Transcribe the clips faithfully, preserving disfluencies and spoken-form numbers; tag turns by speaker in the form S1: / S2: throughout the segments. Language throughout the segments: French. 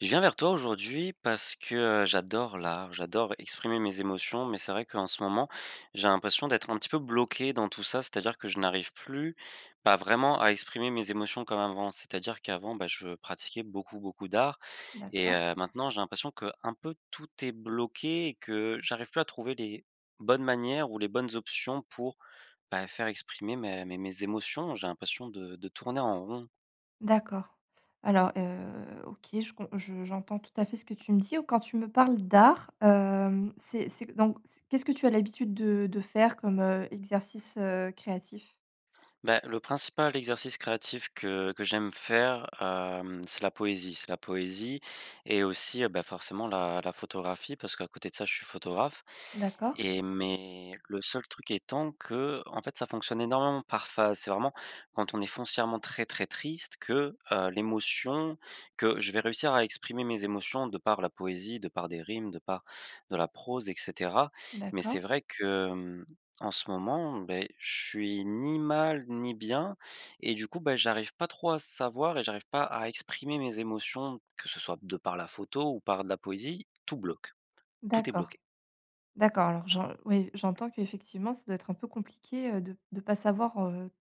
S1: Je viens vers toi aujourd'hui parce que, heu, j'adore l'art, j'adore exprimer mes émotions, mais c'est vrai qu'en ce moment, j'ai l'impression d'être un petit peu bloqué dans tout ça. C'est-à-dire que je n'arrive plus, bah, vraiment à exprimer mes émotions comme avant. C'est-à-dire qu'avant, bah, je pratiquais beaucoup, beaucoup d'art et
S2: D'accord,
S1: heu, maintenant j'ai l'impression que un peu tout est bloqué et que j'arrive plus à trouver les bonnes manières ou les bonnes options pour, bah, faire exprimer mes mes mes émotions. J'ai l'impression de de tourner en rond.
S2: d'accord. Alors, heu, OK, je com je j'entends tout à fait ce que tu me dis. Quand tu me parles d'art, hem, c'est c'est donc c'est qu'est-ce que tu as l'habitude de de faire comme, heu, exercice, heu, créatif?
S1: Bah, le principal exercice créatif que que j'aime faire, hem, c'est la poésie. C'est la poésie et aussi, heu, bah, forcément la la photographie parce qu'à côté de ça, je suis photographe
S2: D'accord,
S1: et mais le seul truc étant que en fait, ça fonctionne énormément par phase. C'est vraiment quand on est foncièrement très, très triste que, heu, l'émotion que je vais réussir à exprimer mes émotions de par la poésie, de par des rimes, de par de la prose et cetera. Mais c'est
S2: d'accord,
S1: vrai que, en ce moment, ben, je suis ni mal ni bien et du coup, ben, j'arrive pas trop à savoir et j'arrive pas à exprimer mes émotions, que ce soit de par la photo ou par de la poésie, tout bloque, tout est
S2: d'accord.
S1: bloqué.
S2: D'accord, alors j'en oui, j'entends qu'effectivement, ça doit être un peu compliqué, heu, de ne pas savoir, heu,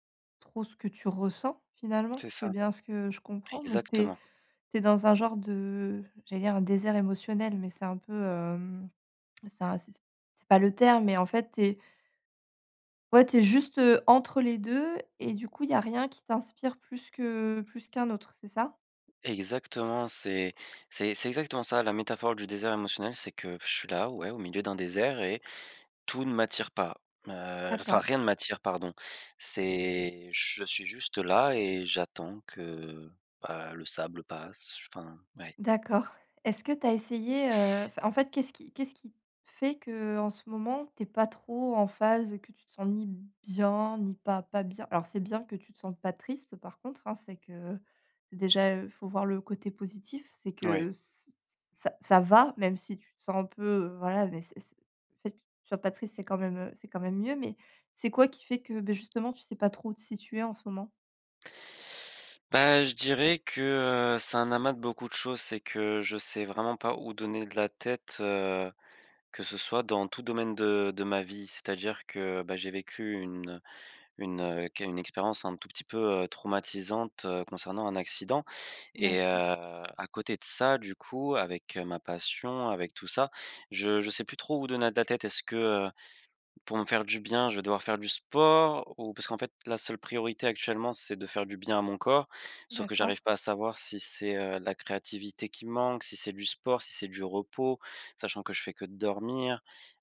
S2: trop ce que tu ressens finalement,
S1: C'est
S2: si c'est
S1: ça.
S2: bien ce que je comprends? Donc tu
S1: Exactement,
S2: es dans un genre de j'allais dire un désert émotionnel, mais c'est un peu, hem, c'est un c'est c'est pas le terme, mais en fait tu es ouais, t'es juste, heu, entre les deux, et du coup, il y a rien qui t'inspire plus que plus qu'un autre, c'est ça?
S1: exactement, c'est c'est c'est exactement ça, la métaphore du désert émotionnel, c'est que je suis là, ouais, au milieu d'un désert et tout ne m'attire pas. Heu, enfin
S2: D'accord.
S1: rien ne m'attire, pardon. C'est je suis juste là et j'attends que, bah, le sable passe, enfin, ouais.
S2: D'accord. Est-ce que tu as essayé, heu, enfin, en fait, qu'est-ce qui qu'est-ce qui fait que en ce moment, t'es pas trop en phase, que tu te sens ni bien, ni pas pas bien? Alors, c'est bien que tu te sentes pas triste, par contre, hein, c'est que déjà, heu, faut voir le côté positif, c'est
S1: Ouais.
S2: que ç ça ça va, même si tu te sens un peu, heu, voilà, mais c'est c'est le fait que tu sois pas triste, c'est quand même, heu, c'est quand même mieux, mais c'est quoi qui fait que, beh, justement, tu sais pas trop où te situer en ce moment?
S1: Bah, je dirais que, heu, c'est un amas de beaucoup de choses. C'est que je sais vraiment pas où donner de la tête, heu, que ce soit dans tout domaine de de ma vie. C'est-à-dire que, bah, j'ai vécu une une, heu, qu une expérience un tout petit peu, heu, traumatisante, heu, concernant un accident et heu,
S2: D'acc
S1: à côté de ça, du coup, avec, heu, ma passion, avec tout ça, je je sais plus trop où donner de la tête. Est-ce que, heu pour me faire du bien, je vais devoir faire du sport ou parce qu'en fait, la seule priorité actuellement, c'est de faire du bien à mon corps, sauf que
S2: d'accord,
S1: j'arrive pas à savoir si c'est, heu, la créativité qui me manque, si c'est du sport, si c'est du repos, sachant que je fais que dormir.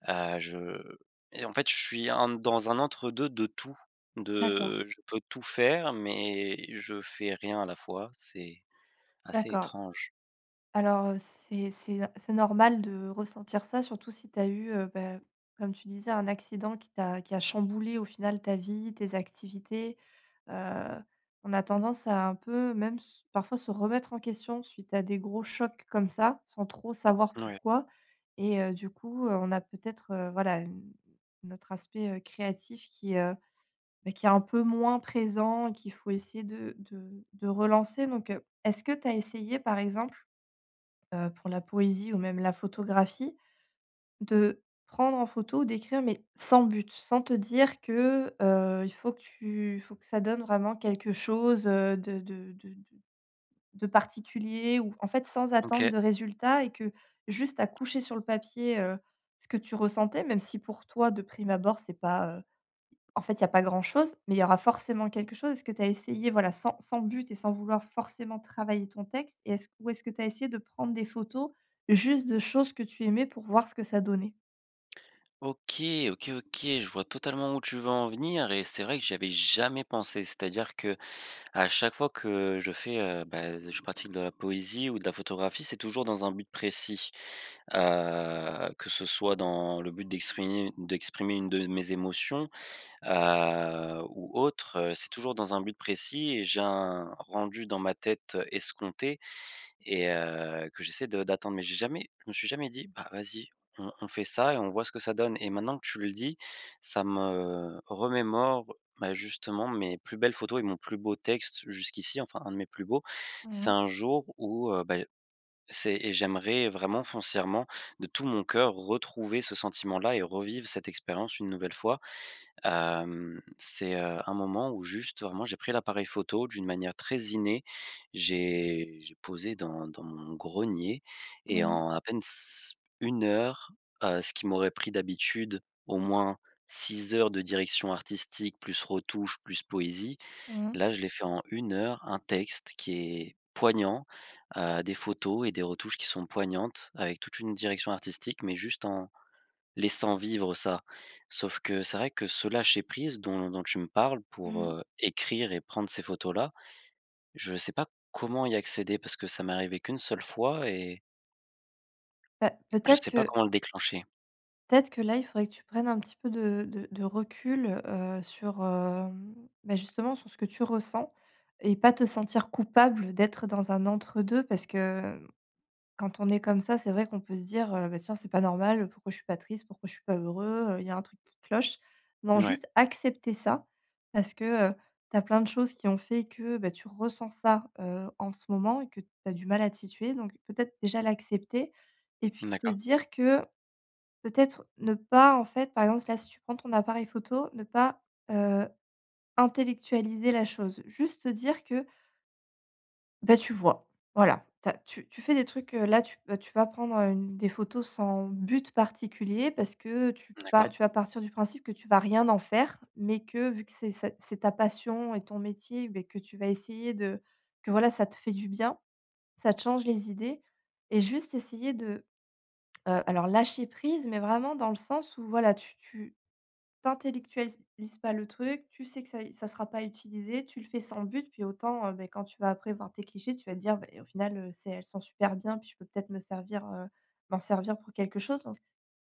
S1: Heu, je Et en fait, je suis un dans un entre-deux de tout,
S2: d'accord,
S1: de je peux tout faire, mais je fais rien à la fois, c'est assez
S2: d'accord.
S1: étrange.
S2: Alors, heu, c'est c'est c'est normal de ressentir ça, surtout si tu as eu, heu, bah, comme tu disais, un accident qui t'a qui a chamboulé au final ta vie, tes activités. Heu, on a tendance à un peu même s parfois se remettre en question suite à des gros chocs comme ça, sans trop savoir
S1: Ouais.
S2: pourquoi et heu, du coup, heu, on a peut-être, heu, voilà, une notre aspect, heu, créatif qui, heu, bah, qui est un peu moins présent et qu'il faut essayer de de de relancer donc, heu, est-ce que tu as essayé, par exemple heu, pour la poésie ou même la photographie, de prendre en photo, d'écrire, mais sans but, sans te dire que, heu, il faut que tu il faut que ça donne vraiment quelque chose, heu, de de de de de particulier ou en fait, sans attendre
S1: OK.
S2: de résultat et que juste à coucher sur le papier, heu, ce que tu ressentais, même si pour toi, de prime abord, c'est pas, heu en fait, il y a pas grand-chose, mais il y aura forcément quelque chose. Est-ce que tu as essayé, voilà, sans sans but et sans vouloir forcément travailler ton texte et est-ce ou est-ce que tu as essayé de prendre des photos juste de choses que tu aimais pour voir ce que ça donnait?
S1: OK, OK, OK, je vois totalement où tu veux en venir et c'est vrai que j'y avais jamais pensé. C'est-à-dire que à chaque fois que je fais, heu, bah, je pratique de la poésie ou de la photographie, c'est toujours dans un but précis. Heu, que ce soit dans le but d'exprimer d'exprimer une de mes émotions, heu, ou autre, heu, c'est toujours dans un but précis et j'ai un rendu dans ma tête escompté et heu, que j'essaie de d'atteindre, mais j'ai jamais je me suis jamais dit: «Bah, vas-y, on on fait ça et on voit ce que ça donne» et maintenant que tu le dis, ça me remémore, bah, justement mes plus belles photos et mon plus beau texte jusqu'ici, enfin un de mes plus beaux.
S2: Mmh
S1: C'est
S2: mh.
S1: un jour où, heu, bah, c'est et j'aimerais vraiment foncièrement de tout mon cœur retrouver ce sentiment-là et revivre cette expérience une nouvelle fois. Hem, c'est, heu, un moment où juste vraiment j'ai pris l'appareil photo d'une manière très innée. J'ai j'ai posé dans dans mon grenier et en à peine s une heure, heu, ce qui m'aurait pris d'habitude au moins six heures de direction artistique plus retouche, plus poésie,
S2: Mmh.
S1: là je l'ai fait en une heure, un texte qui est poignant, heu, des photos et des retouches qui sont poignantes avec toute une direction artistique mais juste en laissant vivre ça. Sauf que c'est vrai que ce lâcher prise dont dont tu me parles pour,
S2: Mmh.
S1: heu, écrire et prendre ces photos-là, je ne sais pas comment y accéder parce que ça m'est arrivé qu'une seule fois et
S2: Pe
S1: je ne
S2: peut-être
S1: sais pas
S2: que
S1: comment le déclencher.
S2: peut-être que là, il faudrait que tu prennes un petit peu de de de recul, heu, sur, hem, bah, justement sur ce que tu ressens et pas te sentir coupable d'être dans un entre-deux parce que quand on est comme ça, c'est vrai qu'on peut se dire, heu: «Bah, tiens, c'est pas normal, pourquoi je suis pas triste? Pourquoi je suis pas heureux? Heu, il y a un truc qui cloche». Non,
S1: Ouais,
S2: juste accepter ça parce que, heu, tu as plein de choses qui ont fait que, bah, tu ressens ça, heu, en ce moment et que tu as du mal à te situer. Donc peut-être déjà l'accepter et puis te
S1: d'accord,
S2: dire que peut-être ne pas, en fait, par exemple, là, si tu prends ton appareil photo, ne pas, heu, intellectualiser la chose. Juste te dire que bah, tu vois, voilà. Tu tu tu fais des trucs, heu, là, tu bah, tu vas prendre, heu, une des photos sans but particulier parce que tu pas
S1: d'accord,
S2: tu vas partir du principe que tu vas rien en faire, mais que vu que c'est ça c'est ta passion et ton métier, beh, que tu vas essayer de que voilà, ça te fait du bien, ça te change les idées et juste essayer de, heu, alors lâcher prise, mais vraiment dans le sens où voilà, tu t'intellectualises pas le truc, tu sais que ça ça sera pas utilisé, tu le fais sans but, puis autant, heu, beh, quand tu vas après voir tes clichés, tu vas te dire: «Beh, au final, heu, c'est elles sont super bien, puis je peux peut-être me servir, heu, m'en servir pour quelque chose», donc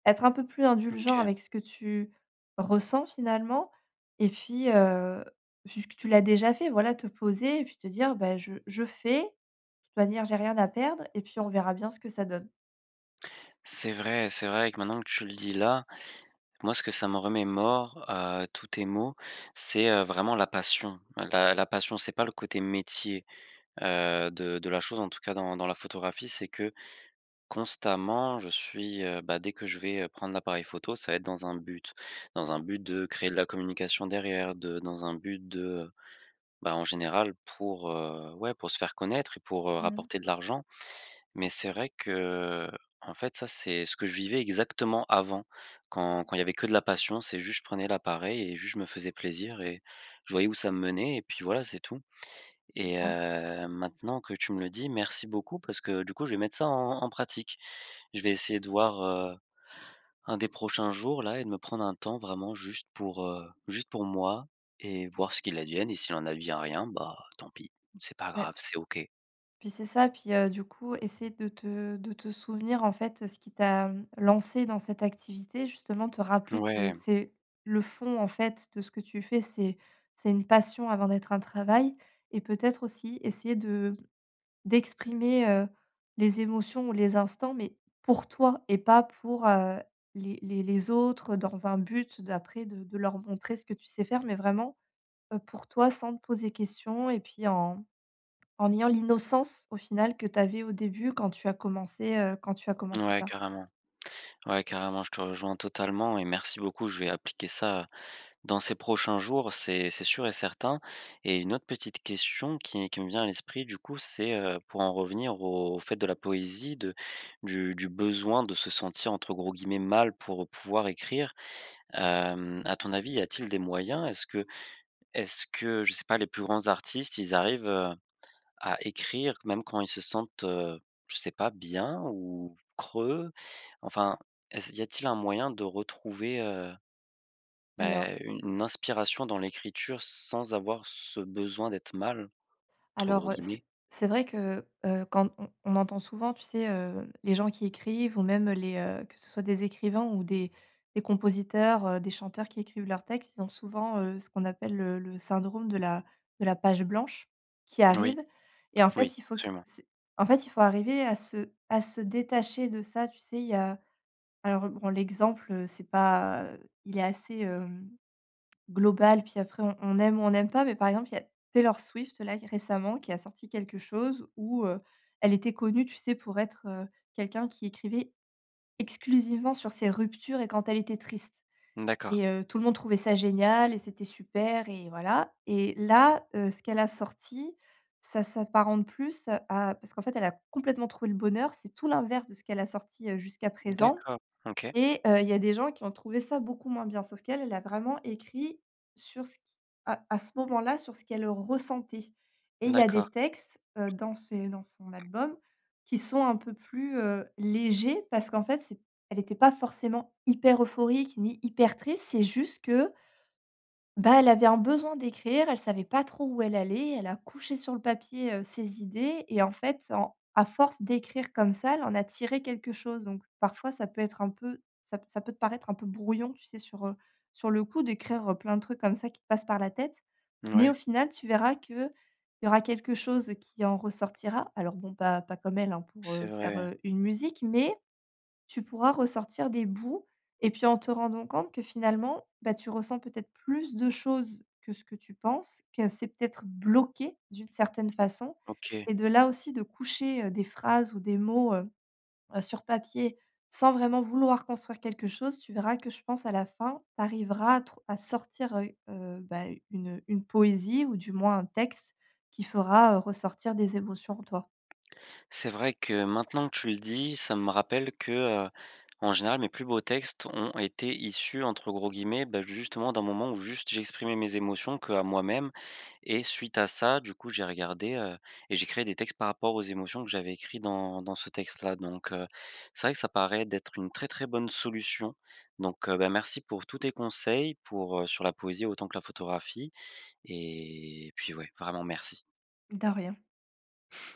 S2: être un peu plus indulgent
S1: OK.
S2: avec ce que tu ressens finalement et puis, heu, vu que tu l'as déjà fait, voilà, te poser et puis te dire: ben je je fais, de toute manière j'ai rien à perdre et puis on verra bien ce que ça donne».
S1: C'est vrai, c'est vrai que maintenant que tu le dis là, moi ce que ça me remémore, heu, tous tes mots, c'est, heu, vraiment la passion. La la passion, c'est pas le côté métier, heu, de de la chose en tout cas dans dans la photographie, c'est que constamment, je suis, heu, bah, dès que je vais, heu, prendre l'appareil photo, ça va être dans un but. Dans un but de créer de la communication derrière, de dans un but de, bah, en général pour, heu, ouais, pour se faire connaître et pour, heu,
S2: Mmh.
S1: rapporter de l'argent. Mais c'est vrai que en fait, ça, c'est ce que je vivais exactement avant, quand quand il y avait que de la passion, c'est juste je prenais l'appareil et juste je me faisais plaisir et je voyais où ça me menait et puis voilà, c'est tout.
S2: C'est
S1: Et
S2: ça.
S1: heu, maintenant que tu me le dis, merci beaucoup parce que du coup, je vais mettre ça en en pratique. Je vais essayer de voir, heu, un des prochains jours là et de me prendre un temps vraiment juste pour, heu, juste pour moi et voir ce qu'il advienne et s'il en advient rien, bah, tant pis, c'est pas
S2: Ouais.
S1: grave, c'est OK.
S2: Puis c'est ça, puis, heu, du coup, essayer de te de te souvenir, en fait, ce qui t'a, mmh, lancé dans cette activité, justement, te rappeler que
S1: Ouais,
S2: c'est le fond, en fait, de ce que tu fais, c'est c'est une passion avant d'être un travail et peut-être aussi essayer de d'exprimer, heu, les émotions ou les instants, mais pour toi et pas pour, heu, les les les autres dans un but d'après de de leur montrer ce que tu sais faire, mais vraiment, heu, pour toi sans te poser question et puis en en ayant l'innocence au final que tu avais au début quand tu as commencé, heu, quand tu as commencé
S1: ouais,
S2: ça.
S1: carrément. Ouais, carrément, je te rejoins totalement et merci beaucoup. Je vais appliquer ça, dans ces prochains jours, c'est c'est sûr et certain et une autre petite question qui qui me vient à l'esprit du coup, c'est, heu, pour en revenir au au fait de la poésie, de du du besoin de se sentir entre gros guillemets «mal» pour pouvoir écrire. Hem, à ton avis, y a-t-il des moyens? Est-ce que est-ce que, je sais pas, les plus grands artistes, ils arrivent, heu, à écrire même quand ils se sentent, heu, je sais pas, bien ou creux? Enfin, est-ce y a-t-il un moyen de retrouver, heu,
S2: Alors
S1: bah, une une inspiration dans l'écriture sans avoir ce besoin d'être mal? Entre gros
S2: alors, heu,
S1: guillemets.
S2: c'est c'est vrai que, heu, quand on on entend souvent, tu sais, heu, les gens qui écrivent ou même les, heu, que ce soit des écrivains ou des des compositeurs, heu, des chanteurs qui écrivent leurs textes, ils ont souvent, heu, ce qu'on appelle le le syndrome de la de la page blanche qui
S1: Oui,
S2: arrive et en
S1: oui,
S2: fait, il faut
S1: absolument.
S2: c'est en fait, il faut arriver à se à se détacher de ça, tu sais? Il y a alors, bon, l'exemple, heu, c'est pas, heu, il est assez, hem, global, puis après on on aime ou on n'aime pas, mais par exemple, il y a Taylor Swift, là, récemment, qui a sorti quelque chose où, heu, elle était connue, tu sais, pour être, heu, quelqu'un qui écrivait exclusivement sur ses ruptures et quand elle était triste
S1: D'accord,
S2: et heu, tout le monde trouvait ça génial et c'était super et voilà et là, heu, ce qu'elle a sorti, ça s'apparente plus à parce qu'en fait, elle a complètement trouvé le bonheur, c'est tout l'inverse de ce qu'elle a sorti, heu, jusqu'à présent.
S1: d'accord, OK,
S2: Et heu, il y a des gens qui ont trouvé ça beaucoup moins bien, sauf qu'elle, elle a vraiment écrit sur ce qui à à ce moment-là, sur ce qu'elle ressentait. Et il y a des
S1: d'accord.
S2: textes, heu, dans ses dans son album qui sont un peu plus, heu, légers parce qu'en fait, c'est elle n'était pas forcément hyper euphorique ni hyper triste, c'est juste que bah, elle avait un besoin d'écrire, elle savait pas trop où elle allait, elle a couché sur le papier, heu, ses idées et en fait, en à force d'écrire comme ça, elle en a tiré quelque chose donc parfois ça peut être un peu ça ça peut te paraître un peu brouillon, tu sais, sur, heu, sur le coup d'écrire, heu, plein de trucs comme ça qui te passent par la tête. Mais
S1: Ouais,
S2: au final, tu verras que il y aura quelque chose qui en ressortira. Alors bon, pas pas comme elle, hein, pour,
S1: c'est
S2: heu, faire,
S1: vrai,
S2: heu, une musique, mais tu pourras ressortir des bouts et puis en te rendant compte que finalement, bah, tu ressens peut-être plus de choses que ce que tu penses, que c'est peut-être bloqué d'une certaine façon.
S1: OK.
S2: Et de là aussi de coucher, heu, des phrases ou des mots, heu heu, sur papier sans vraiment vouloir construire quelque chose, tu verras que je pense à la fin, tu arriveras à trou à sortir, heu heu, bah, une une poésie ou du moins un texte qui fera, heu, ressortir des émotions en toi.
S1: C'est vrai que maintenant que tu le dis, ça me rappelle que, heu, en général, mes plus beaux textes ont été issus, entre gros guillemets, bah, justement d'un moment où juste j'exprimais mes émotions qu'à moi-même et suite à ça, du coup, j'ai regardé, heu et j'ai créé des textes par rapport aux émotions que j'avais écrit dans dans ce texte-là donc heu, c'est vrai que ça paraît d'être une très, très bonne solution donc heu, bah, merci pour tous tes conseils pour, heu, sur la poésie autant que la photographie et puis ouais, vraiment merci.
S2: De rien.